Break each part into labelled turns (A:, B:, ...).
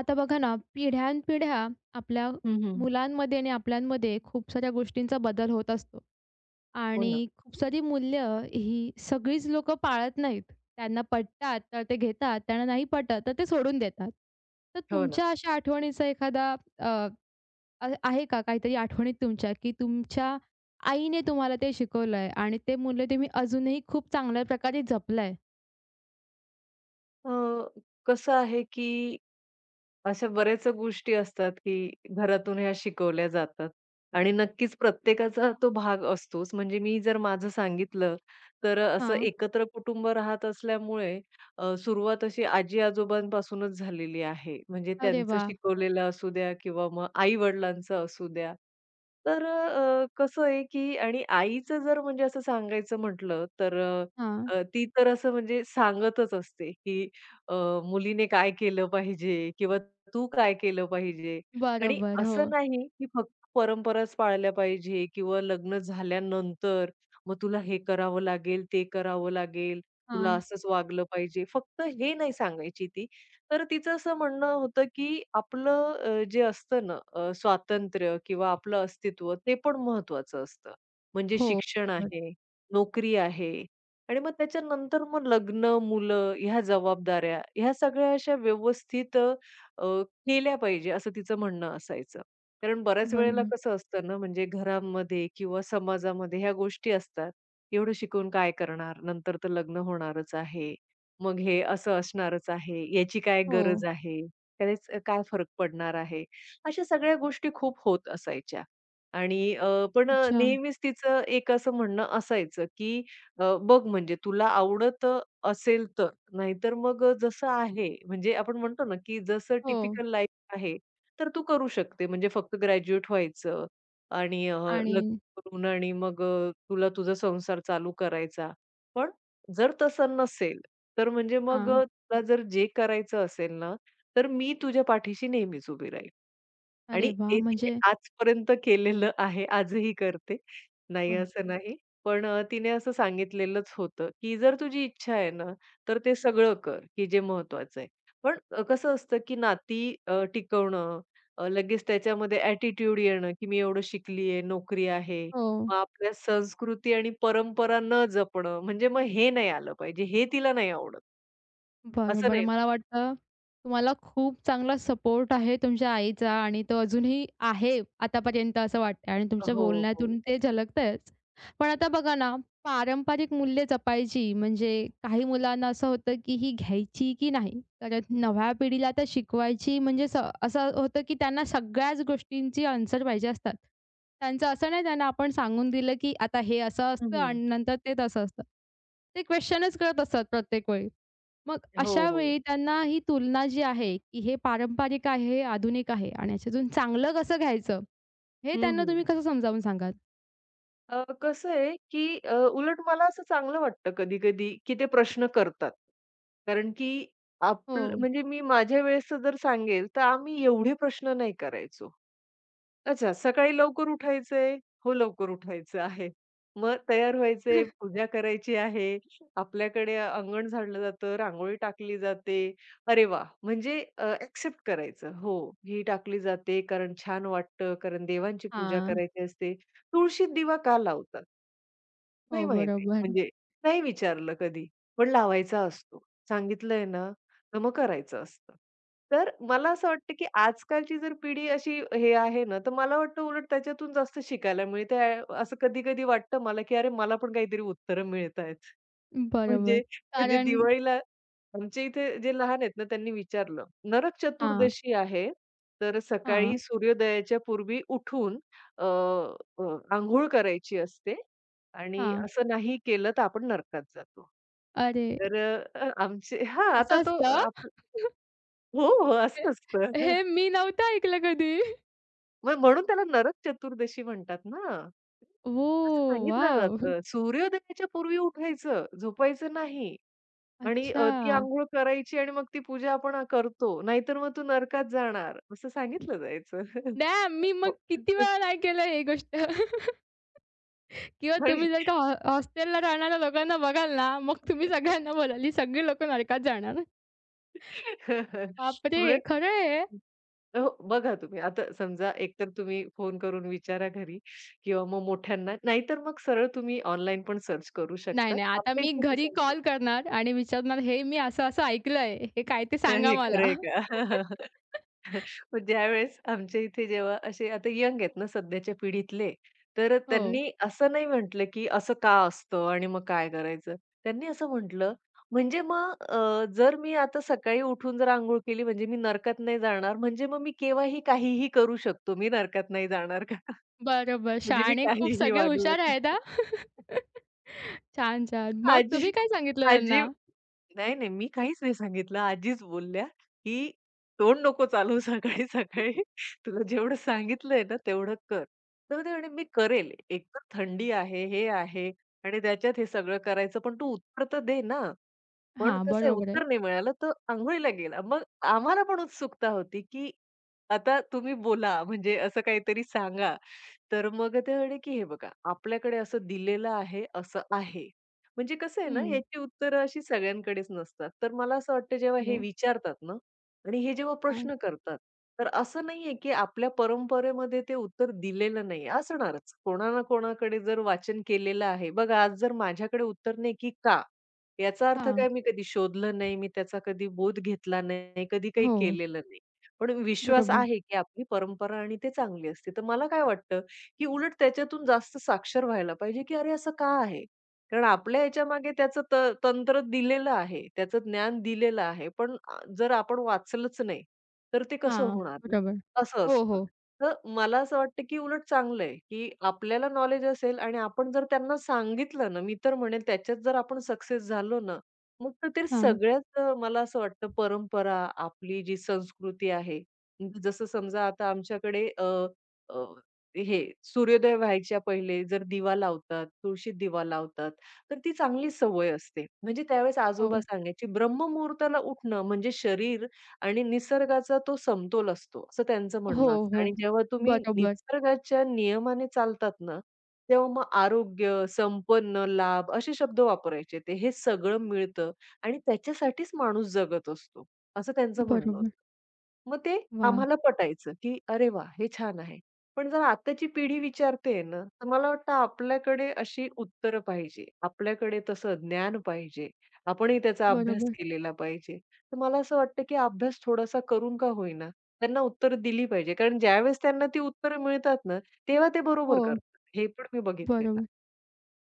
A: आता बघा ना, पिढ्यानपिढ्या आपल्या
B: हं, हं.
A: मुलांमध्ये आणि आपल्यांमध्ये खूप साऱ्या गोष्टींचा बदल होत असतो
B: हो ना,
A: आणि खूप सारी मूल्य ही सगळीच लोक पाळत नाहीत. त्यांना पटतात तर ते घेतात, त्यांना नाही पटत तर ते सोडून देतात. तर
B: हो ना.
A: तुमच्या अशा आठवणीचा एखादा अ, अ, आहे का काहीतरी आठवणीत तुमच्या, की तुमच्या आईने तुम्हाला ते शिकवलंय आणि ते मूल्य तुम्ही अजूनही खूप चांगल्या प्रकारे जपलंय?
B: अ, कसं आहे की अशा बऱ्याच गोष्टी असतात, की घरातून ह्या शिकवल्या जातात आणि नक्कीच प्रत्येकाचा तो भाग असतोच. म्हणजे मी जर माझं सांगितलं, तर असं
A: हां.
B: एकत्र कुटुंब राहत असल्यामुळे सुरुवात अशी आजी-आजोबांपासूनच झालेली आहे. म्हणजे
A: अरे
B: त्यांचं
A: वाह!
B: शिकवलेलं असू द्या किंवा मग आई-वडिलांचं असू द्या. तर कसं आहे, की आणि आईचं जर म्हणजे असं सांगायचं म्हटलं, तर
A: हां.
B: ती तर असं म्हणजे सांगतच असते, की अ, मुलीने काय केलं पाहिजे किंवा तू काय केलं पाहिजे? आणि
A: बरोबर. हो.
B: असं नाही की फक्त परंपराच पाळल्या पाहिजे किंवा लग्न झाल्यानंतर मग तुला हे करावं लागेल, ते करावं लागेल, तुला
A: हां.
B: असंच वागलं पाहिजे. फक्त हे नाही सांगायची ती. तर तिचं असं म्हणणं होतं की आपलं जे असतं ना स्वातंत्र्य किंवा आपलं अस्तित्व ते पण महत्त्वाचं असतं. म्हणजे
A: हो.
B: शिक्षण
A: बरोबर.
B: आहे, नोकरी आहे आणि मग त्याच्यानंतर मग लग्न, मुलं ह्या जबाबदाऱ्या ह्या सगळ्या अशा व्यवस्थित अ, केल्या पाहिजे असं तिचं म्हणणं असायचं. कारण बऱ्याच वेळेला
A: बरोबर.
B: कसं असतं ना, म्हणजे घरामध्ये किंवा समाजामध्ये ह्या गोष्टी असतात. एवढं शिकून काय करणार? नंतर तर लग्न होणारच आहे. मग हे असं असणारच आहे. याची काय
A: हो.
B: गरज आहे? त्यानेच काय फरक पडणार आहे? अशा सगळ्या गोष्टी खूप होत असायच्या. आणि पण
A: अच्छा.
B: नेहमीच तिचं एक असं म्हणणं असायचं, की "बघ म्हणजे तुला आवडत असेल नाहीतर मग जसं आहे, म्हणजे आपण म्हणतो ना, की जसं
A: हो.
B: टिपिकल लाईफ आहे, तर तू करू शकते. म्हणजे फक्त ग्रॅज्युएट व्हायचं आणि
A: आणि
B: लग्न करून आणि मग तुला तुझा संसार चालू करायचा. पण जर तसं नसेल, तर म्हणजे मग
A: हां.
B: तुला जर जे करायचं असेल ना, तर मी तुझ्या पाठीशी नेहमीच उभी राहील.
A: अरे
B: आणि
A: वाह!
B: ते तिने
A: म्हणजे
B: आजपर्यंत केलेलं आहे. आजही करते. नाही
A: वाह!
B: असं नाही. पण तिने असं सांगितलेलंच होतं, की जर तुझी इच्छा आहे ना, तर ते सगळं कर, की जे महत्वाचं आहे. पण कसं असतं, की नाती टिकवणं, लगेच त्याच्यामध्ये ॲटिट्यूड येणं, की मी एवढं शिकली आहे, नोकरी आहे.
A: हो.
B: मग आपल्या संस्कृती आणि परंपरा न जपणं, म्हणजे मग हे नाही आलं पाहिजे. हे तिला नाही आवडत. असं
A: बरोबर.
B: नाही.
A: मला वाटतं तुम्हाला खूप चांगला सपोर्ट आहे तुमच्या आईचा आणि तो अजूनही आहे आतापर्यंत असं वाटतंय आणि तुमच्या
B: हो, हो.
A: बोलण्यातून ते झलकतंयच. पण आता बघा ना, पारंपरिक मूल्य जपायची म्हणजे काही मुलांना असं होतं की ही घ्यायची की नाही? कारण नव्या पिढीला तर शिकवायची म्हणजे असं होतं की त्यांना सगळ्याच गोष्टींची आन्सर पाहिजे असतात. त्यांचं असं नाही त्यांना आपण सांगून दिलं की आता हे असं असतं
B: हं,
A: आणि नंतर ते तसं असतं. ते क्वेशनच करत असतात प्रत्येक वेळी. मग
B: हो,
A: अशा
B: हो.
A: वेळी त्यांना ही तुलना जी आहे, की हे पारंपरिक आहे, हे आधुनिक आहे आणि ह्याच्यातून चांगलं कसं घ्यायचं? हे
B: हं,
A: त्यांना
B: हं.
A: तुम्ही कसं समजावून सांगाल?
B: कसं आहे, की उलट मला असं चांगलं वाटतं कधी-कधी, की ते प्रश्न करतात. कारण की
A: हो.
B: आपलं म्हणजे मी माझ्या वेळेसचं जर सांगेल, तर आम्ही एवढे प्रश्न नाही करायचो. अच्छा, सकाळी लवकर उठायचंय? हो, लवकर उठायचं आहे. मग तयार व्हायचंय, पूजा करायची आहे. आपल्याकडे अंगण झाडलं जातं, रांगोळी टाकली जाते. अरे वाह! म्हणजे करायचं. हो, ही टाकली जाते कारण छान वाटतं, कारण देवांची पूजा
A: हां.
B: करायची असते. तुळशीत दिवा का लावतात? नाही
A: हो,
B: माहिती.
A: बरोबर.
B: म्हणजे नाही विचारलं कधी, पण लावायचा असतो. सांगितलंय ना, तर मग करायचं असतं. तर मला असं वाटतं, की आजकालची जर पिढी अशी हे आहे ना, तर मला वाटतं उलट त्याच्यातून जास्त शिकायला मिळते. असं कधी-कधी वाटतं मला, की अरे मला पण काहीतरी उत्तरं मिळतायत. म्हणजे
A: बरोबर.
B: म्हणजे
A: कारण
B: दिवाळीला आमच्या इथे जे लहान आहेत ना, त्यांनी विचारलं, नरक
A: हां,
B: चतुर्दशी आहे, तर सकाळी
A: हां,
B: सूर्योदयाच्या पूर्वी उठून अ, अ, अंघोळ करायची असते आणि
A: हां.
B: असं नाही केलं तर आपण नरकात जातो.
A: अरे,
B: तर आमचे हां, आता
A: असं
B: तो
A: असतं?
B: आप हो, हो, असं असतं.
A: हे मी नव्हतं ऐकलं कधी.
B: मग म्हणून त्याला नरक चतुर्दशी म्हणतात ना. असं
A: ओह!
B: सांगितलं
A: वॉव!
B: जातं. सूर्योदयाच्या पूर्वी उठायचं, झोपायचं नाही आणि
A: अच्छा.
B: ती अंघोळ करायची आणि मग ती पूजा आपण करतो. नाहीतर मग तू नरकात जाणार असं सांगितलं जायचं.
A: डॅम! मी मग
B: हो.
A: किती वेळा नाही केलं हे गोष्ट. किंवा
B: आणि
A: तुम्ही जर का हॉस्टेलला राहणाऱ्या लोकांना बघाल ना, मग तुम्ही सगळ्यांना बोलाल, ही सगळी लोकं नरकात जाणार. बापरे!
B: मग
A: खरं आहे.
B: हो, बघा तुम्ही आता समजा एकतर तुम्ही फोन करून विचारा घरी किंवा मग मोठ्यांना, नाहीतर मग सरळ तुम्ही ऑनलाईन पण सर्च करू
A: नाही,
B: शकता.
A: नाही. आता
B: आपल्या
A: मी
B: इथे
A: घरी
B: दिसायचं.
A: कॉल करणार आणि विचारणार, "हे मी असं-असं ऐकलंय. हे काय ते सांगा
B: हे
A: मला."
B: खरं आहे का? मग ज्यावेळेस आमच्या इथे जेव्हा असे आता यंग आहेत ना सध्याच्या पिढीतले, तर
A: हो.
B: त्यांनी असं नाही म्हटलं, की असं का असतं आणि मग काय करायचं? त्यांनी असं म्हटलं, म्हणजे मग जर मी आता सकाळी उठून जर अंघोळ केली म्हणजे मी नरकात नाही जाणार, म्हणजे मग मी केव्हाही काहीही करू शकतो. मी नरकात नाही जाणार का?
A: बरोबर.
B: म्हणजे मी
A: शहाणे खूप
B: काहीही
A: सगळे
B: वागलं
A: हुशार
B: तरी.
A: आहेत हां. छान, छान. मग
B: आजी
A: तुम्ही काय सांगितलं
B: आजी
A: त्यांना?
B: नाही, नाही मी काहीच नाही सांगितलं. आजीच बोलल्या, की "तोंड नको चालवू सकाळी-सकाळी. तुला जेवढं सांगितलंय ना तेवढं कर." तर ते म्हणे, "मी करेल. एक तर थंडी आहे, हे आहे आणि त्याच्यात हे सगळं करायचं, पण तू उत्तर तर दे ना." पण
A: हां,
B: कसं आहे
A: बरोबर आहे.
B: उत्तर नाही मिळालं, तो अंघोळीला गेला. मग आम्हाला पण उत्सुकता होती, की आता तुम्ही बोला म्हणजे असं काहीतरी सांगा. तर मग ते म्हणे, की "हे बघा आपल्याकडे असं दिलेलं आहे, असं आहे." म्हणजे कसं आहे ना
A: हं.
B: याची उत्तरं अशी सगळ्यांकडेच नसतात. तर मला असं वाटतं जेव्हा हे
A: हो.
B: विचारतात ना आणि हे जेव्हा
A: हां,
B: प्रश्न करतात, तर असं नाहीये, की आपल्या परंपरेमध्ये ते उत्तर दिलेलं नाही असणारच. कोणा ना कोणाकडे जर वाचन केलेलं आहे. बघा आज जर माझ्याकडे उत्तर नाही, की "का?" याचा अर्थ
A: हां.
B: काय मी कधी शोधलं नाही, मी त्याचा कधी बोध घेतला नाही, कधी काही
A: हो.
B: केलेलं नाही. पण विश्वास
A: बरोबर.
B: आहे, की आपली परंपरा आणि ते चांगली असते. तर मला काय वाटतं, की उलट त्याच्यातून जास्त साक्षर व्हायला पाहिजे, की अरे असं का आहे? कारण आपल्या ह्याच्यामागे त्याचं तंत्र दिलेलं आहे, त्याचं ज्ञान दिलेलं आहे. पण जर आपण वाचलंच नाही, तर ते कसं
A: हां,
B: होणार ना?
A: बरोबर.
B: असं
A: हो,
B: असतं.
A: हो.
B: तर मला असं वाटतं, की उलट चांगलं आहे, की आपल्याला नॉलेज असेल आणि आपण जर त्यांना सांगितलं ना, मी तर म्हणेल त्याच्यात जर आपण सक्सेस झालो ना, मग तर ते
A: हां.
B: सगळ्याच मला असं वाटतं परंपरा, आपली जी संस्कृती आहे, म्हणजे जसं समजा आता आमच्याकडे अ, अ, हे सूर्योदय व्हायच्या पहिले जर दिवा लावतात, तुळशीत दिवा लावतात, तर ती चांगली सवय असते. म्हणजे त्यावेळेस
A: हो.
B: आजोबा सांगायचे, ब्रह्ममुहूर्ताला उठणं म्हणजे शरीर आणि निसर्गाचा तो समतोल असतो, असं त्यांचं
A: हो,
B: म्हणणं असतं
A: हो.
B: आणि जेव्हा तुम्ही
A: बरोबर.
B: निसर्गाच्या नियमाने चालतात ना, तेव्हा मग आरोग्य, संपन्न, लाभ असे शब्द वापरायचे ते. हे सगळं मिळतं आणि त्याच्यासाठीच माणूस जगत असतो, असं त्यांचं म्हणणं होतं.
A: बरोबर.
B: मग ते
A: वाह!
B: आम्हाला पटायचं, की "अरे वाह! हे छान आहे." पण जर आताची पिढी विचारतेय ना, तर मला वाटतं आपल्याकडे अशी उत्तरं पाहिजे. आपल्याकडे तसं ज्ञान पाहिजे. आपणही त्याचा अभ्यास
A: बरोबर.
B: केलेला पाहिजे. तर मला असं वाटतं, की अभ्यास थोडासा करून का होईना, त्यांना उत्तर दिली पाहिजे. कारण ज्यावेळेस त्यांना ती उत्तरं मिळतात ना, तेव्हा ते बरोबर
A: हो,
B: करतात. हे पण मी बघितलेलं
A: बरोबर.
B: आहे.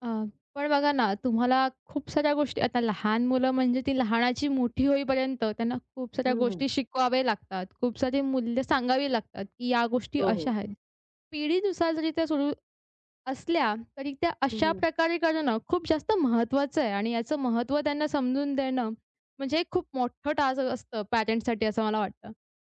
A: अ, पण बघा ना, तुम्हाला खूप साऱ्या गोष्टी आता लहान मुलं म्हणजे ती लहानाची मोठी होईपर्यंत त्यांना खूप साऱ्या
B: हं, हं.
A: गोष्टी शिकवाव्या लागतात. खूप सारी मूल्य सांगावी लागतात, की या गोष्टी
B: हो,
A: अशा
B: हो.
A: आहेत. पिढीनुसार जरी त्या सुरू असल्या तरी त्या
B: हं,
A: अशा
B: हं.
A: प्रकारे करणं खूप जास्त महत्त्वाचं आहे आणि याचं महत्त्व त्यांना समजून देणं म्हणजे हे खूप मोठं टास्क असतं पॅरेंट्ससाठी असं मला वाटतं.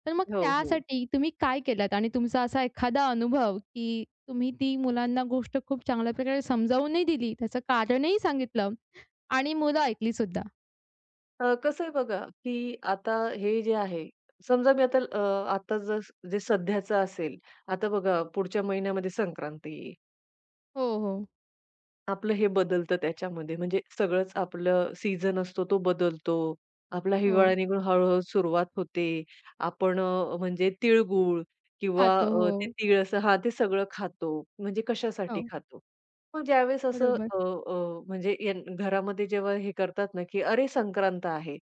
A: तर मग
B: हो, हो.
A: त्यासाठी तुम्ही काय केलत आणि तुमचा असा एखादा अनुभव, की तुम्ही ती मुलांना गोष्ट खूप चांगल्या प्रकारे समजावूनही दिली, त्याचं कारणही सांगितलं आणि मुलं ऐकली सुद्धा?
B: कसं आहे बघा, की आता हे जे आहे, समजा मी आता आता जसं जे सध्याचं असेल, आता बघा पुढच्या महिन्यामध्ये संक्रांती येईल.
A: हो, हो,
B: आपलं हे बदलतं त्याच्यामध्ये. म्हणजे सगळंच आपलं सीझन असतो तो बदलतो. आपला
A: हो.
B: हिवाळा निघून हळू-हळू सुरुवात होते. आपण म्हणजे तिळगुळ किंवा
A: खातो.
B: ते
A: हो,
B: तीळ असं हां, ते सगळं खातो. म्हणजे
A: हो.
B: कशासाठी खातो? मग ज्यावेळेस असं
A: बरोबर.
B: अ, अ, म्हणजे यान घरामध्ये जेव्हा हे करतात ना, की "अरे, संक्रांत आहे,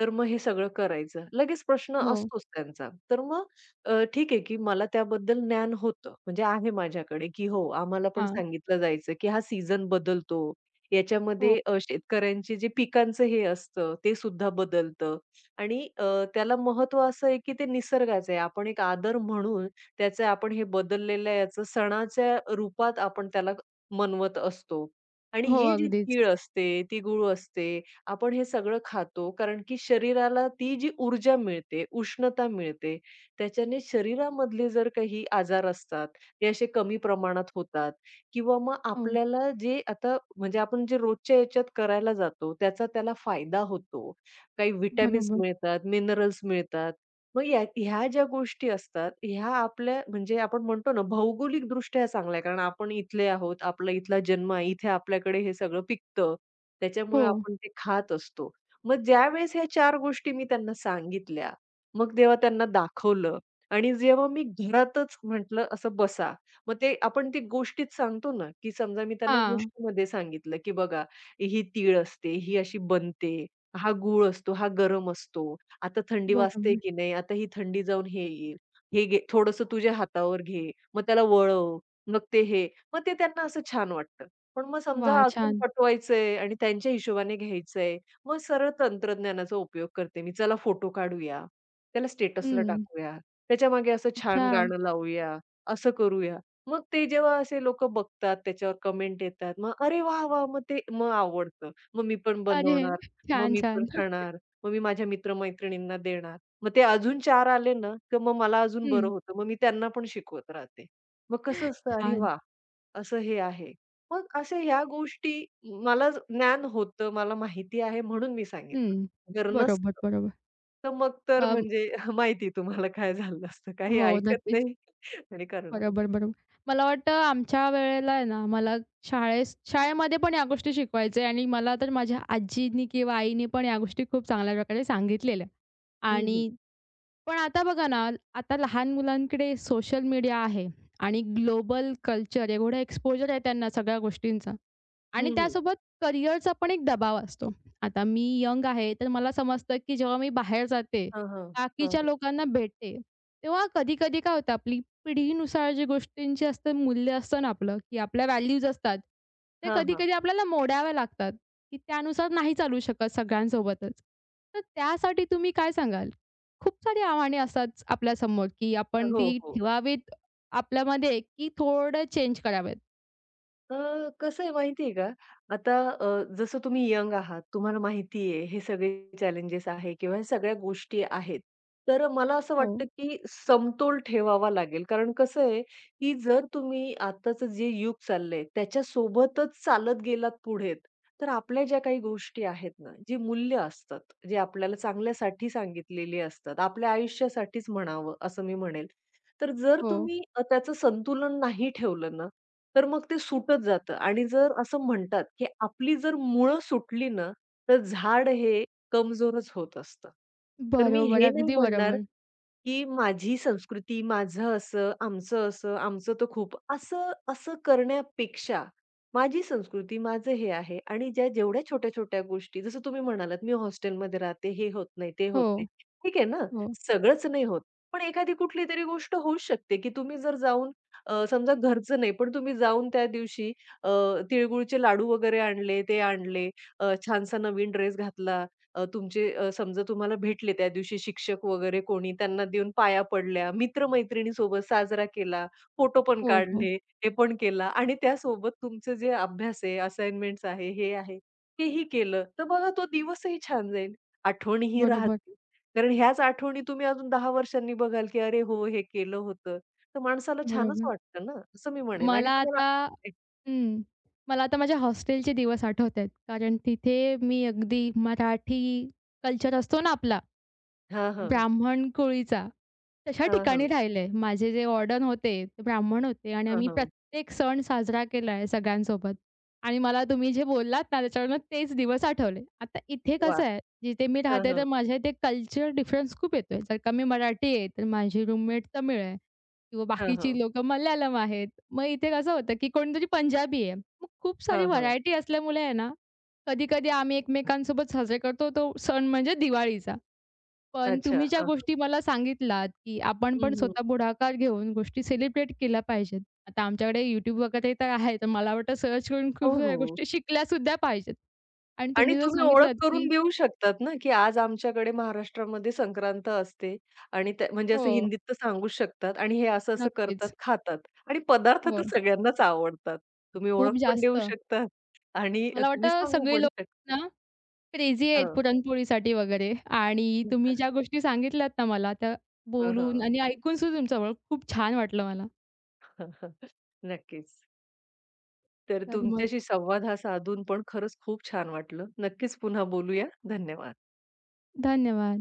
B: तर मग हे सगळं करायचं." लगेच प्रश्न
A: हो.
B: असतोच त्यांचा. तर मग ठीक आहे, की मला त्याबद्दल ज्ञान होतं, म्हणजे आहे माझ्याकडे, की हो, आम्हाला पण
A: हां.
B: सांगितलं जायचं, की हा सीझन बदलतो.
A: हो.
B: याच्यामध्ये शेतकऱ्यांचे जे पिकांचं हे असतं, ते सुद्धा बदलतं आणि त्याला महत्त्व असं आहे, की ते निसर्गाचं आहे. आपण एक आदर म्हणून त्याचं आपण हे बदललेल्या याचं सणाच्या रूपात आपण त्याला मनवत असतो. आणि
A: हो,
B: ही जी
A: अगदीच.
B: तीळ असते, ती गूळ असते, आपण हे सगळं खातो कारण की शरीराला ती जी ऊर्जा मिळते, उष्णता मिळते, त्याच्याने शरीरामधले जर काही आजार असतात, ते असे कमी प्रमाणात होतात किंवा मग
A: हो.
B: आपल्याला जे आता म्हणजे आपण जे रोजच्या याच्यात करायला जातो, त्याचा त्याला फायदा होतो. काही व्हिटॅमिन्स
A: बरोबर.
B: मिळतात, मिनरल्स मिळतात. मग या ह्या ज्या गोष्टी असतात, ह्या आपल्या म्हणजे आपण म्हणतो ना, भौगोलिकदृष्ट्या चांगल्या आहे. कारण आपण इथले आहोत, आपला इथला जन्म आहे. इथे आपल्याकडे हे सगळं पिकतं.
A: हो.
B: त्याच्यामुळे आपण ते खात असतो. मग ज्यावेळेस ह्या चार गोष्टी मी त्यांना सांगितल्या, मग तेव्हा त्यांना दाखवलं आणि जेव्हा मी घरातच म्हटलं, "असं बसा." मग ते आपण ती गोष्टीत सांगतो ना, की समजा मी त्यांना
A: हां.
B: गोष्टीमध्ये सांगितलं, की "बघा, ही तीळ असते, ही अशी बनते, हा गूळ असतो, हा गरम असतो." आता थंडी वाजते
A: बरोबर.
B: की नाही, आता ही थंडी जाऊन हे येईल, हे घे, थोडंसं तुझ्या हातावर घे, मग त्याला वळव, मग ते हे. मग ते त्यांना असं छान वाटतं. पण मग समजा
A: वाह!
B: अजून
A: छान.
B: पटवायचंय आणि त्यांच्या हिशोबाने घ्यायचंय, मग सरळ तंत्रज्ञानाचा उपयोग करते मी. चला फोटो काढूया, त्याला स्टेटसला
A: हं.
B: टाकूया, त्याच्यामागे असं छान
A: अच्छा.
B: गाणं लावूया, असं करूया. मग ते जेव्हा असे लोकं बघतात, त्याच्यावर कमेंट येतात, मग अरे वाह, वाह! मग ते मग आवडतं. मग मी पण
A: अरे!
B: बनवणार, मग
A: छान,
B: मी पण
A: छान.
B: खाणार. मग मी माझ्या मित्र-मैत्रिणींना देणार. मग ते अजून चार आले ना, तर मग मला अजून बरं
A: हं.
B: होतं. मग मी त्यांना पण शिकवत राहते. मग कसं असतं, अरे
A: छान.
B: वाह! असं हे आहे. मग अशा ह्या गोष्टी मला ज्ञान होतं, मला माहिती आहे म्हणून मी सांगितलं.
A: हं.
B: जर
A: बरोबर,
B: नसतं,
A: बरोबर.
B: तर मग तर
A: अं,
B: म्हणजे माहिती तुम्हाला काय झालं असतं. काही
A: हो,
B: ऐकत
A: नक्कीच.
B: नाही आणि करणार
A: बरोबर,
B: नाही.
A: बरोबर. मला वाटतं आमच्या वेळेला आहे ना, मला शाळेमध्ये पण या गोष्टी शिकवायचे आणि मला तर माझ्या आजीनी किंवा आईनी पण या गोष्टी खूप चांगल्या प्रकारे सांगितलेल्या
B: हं,
A: आणि
B: हं.
A: पण आता बघा ना, आता लहान मुलांकडे सोशल मीडिया आहे आणि ग्लोबल कल्चर एवढं एक्सपोजर आहे त्यांना सगळ्या गोष्टींचा आणि
B: हं, हं.
A: त्यासोबत करिअरचा पण एक दबाव असतो. आता मी यंग आहे, तर मला समजतं, की जेव्हा मी बाहेर जाते,
B: हां, हां. हां,
A: बाकीच्या
B: हां.
A: लोकांना भेटते, तेव्हा कधी-कधी काय होतं आपली पिढीनुसार जी गोष्टींची असतं मूल्य असतं ना आपलं, की आपल्या व्हॅल्यूज असतात, ते
B: हां, हां.
A: कधी-कधी आपल्याला मोडाव्या लागतात, की त्यानुसार नाही चालू शकत सगळ्यांसोबतच. तर त्यासाठी तुम्ही काय सांगाल? खूप सारी आव्हाने असतात आपल्यासमोर, की आपण
B: हो,
A: ती
B: हो.
A: ठेवावीत आपल्यामध्ये, की थोडं चेंज करावेत?
B: कसं आहे माहिती आहे का, आता जसं तुम्ही यंग आहात, तुम्हाला माहिती आहे हे सगळे चॅलेंजेस आहे किंवा ह्या सगळ्या गोष्टी आहेत. तर मला असं
A: हो,
B: वाटतं, की समतोल ठेवावा लागेल. कारण कसं आहे, की जर तुम्ही आताचं जे युग चाललंय त्याच्यासोबतच चालत गेलात पुढे, तर आपल्या ज्या काही गोष्टी आहेत ना, जी मूल्य असतात, जे आपल्याला चांगल्यासाठी सांगितलेली असतात, आपल्या आयुष्यासाठीच म्हणावं असं मी म्हणेल. तर जर
A: हो.
B: तुम्ही त्याचं संतुलन नाही ठेवलं ना, तर मग ते सुटत जातं आणि जर असं म्हणतात, की आपली जर मुळं सुटली ना, तर झाड हे कमजोरच होत असतं. तर मी
A: बरोबर,
B: हे नाही
A: अगदी
B: म्हणणार
A: बरोबर.
B: की माझी संस्कृती, माझं असं, आमचं असं, आमचं तर खूप, असं असं करण्यापेक्षा माझी संस्कृती, माझं हे आहे आणि ज्या जेवढ्या छोट्या-छोट्या गोष्टी जसं तुम्ही म्हणालात, "मी हॉस्टेलमध्ये राहते, हे होत नाही, ते
A: हो.
B: होत नाही." ठीक आहे ना,
A: हो,
B: सगळंच नाही होत. पण एखादी कुठलीतरी गोष्ट होऊच शकते, की तुम्ही जर जाऊन समजा घरचं नाही, पण तुम्ही जाऊन त्या दिवशी अ, तिळगुळचे लाडू वगैरे आणले, ते आणले, छानसा नवीन ड्रेस घातला तुमचे समजा तुम्हाला भेटले त्या दिवशी शिक्षक वगैरे कोणी, त्यांना देऊन पाया पडल्या, मित्र-मैत्रिणीसोबत साजरा केला, फोटो पण
A: हो, हो.
B: काढले, हे पण केला आणि त्यासोबत तुमचे जे अभ्यास आहे, असाइनमेंट्स आहे, हे आहे, तेही केलं. तर बघा तो दिवसही छान जाईल. आठवणीही
A: बरोबर,
B: राहतील. कारण ह्याच आठवणी तुम्ही अजून 10 वर्षांनी बघाल, की "अरे हो, हे केलं होतं." तर माणसाला छानच
A: बरोबर.
B: वाटतं ना, असं मी म्हणेल आणि
A: मला
B: तुम्हाला
A: आता हं. मला आता माझ्या हॉस्टेलचे दिवस आठवत आहेत. कारण तिथे मी अगदी मराठी कल्चर असतो ना आपला
B: हां, हां.
A: ब्राह्मण कोळीचा. तशा
B: हां,
A: ठिकाणी
B: हां.
A: राहिले. माझे जे वॉर्डन होते, ते ब्राह्मण होते आणि
B: हां,
A: आम्ही
B: हां.
A: प्रत्येक सण साजरा केलाय सगळ्यांसोबत. आणि मला तुम्ही जे बोललात ना, त्याच्यावरनं तेच दिवस आठवले. आता इथे कसं
B: वाह!
A: आहे, जिथे मी
B: हां,
A: राहते
B: हां.
A: तर माझ्या इथे कल्चर डिफरन्स खूप येतोय. जर का मी मराठी आहे, तर माझी रूममेट तमिळ आहे किंवा
B: हां,
A: बाकीची
B: हां.
A: लोकं मल्याळम आहेत. मग इथे कसं होतं, की कोणीतरी पंजाबी आहे. मग खूप सारी
B: हां, हां.
A: व्हरायटी असल्यामुळे आहे ना, कधी-कधी आम्ही एकमेकांसोबत साजरे करतो तो सण म्हणजे दिवाळीचा. पण तुम्ही
B: अच्छा.
A: ज्या गोष्टी मला सांगितलात, की आपण
B: हं,
A: पण
B: हं.
A: स्वतः पुढाकार घेऊन गोष्टी सेलिब्रेट केल्या पाहिजेत. आता आमच्याकडे YouTube वगैरे तर आहे, तर मला वाटतं सर्च करून
B: हो,
A: खूप साऱ्या
B: हो.
A: गोष्टी शिकल्यासुद्धा पाहिजेत. आणि
B: आणि
A: तुम्ही जर
B: तुम्ही ओळख
A: सांगितलंत, की
B: करून देऊ शकतात ना, की आज आमच्याकडे महाराष्ट्रामध्ये संक्रांत असते आणि त्या म्हणजे असं
A: हो,
B: हिंदीत तर सांगूच शकतात आणि हे असं-असं करतात,
A: नक्कीच.
B: खातात आणि पदार्थ तर
A: हो,
B: सगळ्यांनाच आवडतात. तुम्ही ओळख
A: खूप
B: पण
A: जास्त.
B: देऊ शकता आणि
A: मला
B: तुम्ही
A: वाटतं
B: सांगू
A: सगळे
B: पण
A: लोक
B: शकता.
A: ना क्रेझी आहेत
B: हां.
A: पुरणपोळीसाठी वगैरे आणि तुम्ही ज्या गोष्टी सांगितल्यात ना मला, त्या
B: हं,
A: बोलून
B: हं.
A: आणि ऐकून सुद्धा तुमच्यामुळे खूप छान वाटलं मला.
B: नक्कीच. तर
A: तर मग
B: तुमच्याशी संवाद हा साधून पण खरंच खूप छान वाटलं. नक्कीच पुन्हा बोलूया. धन्यवाद.
A: धन्यवाद.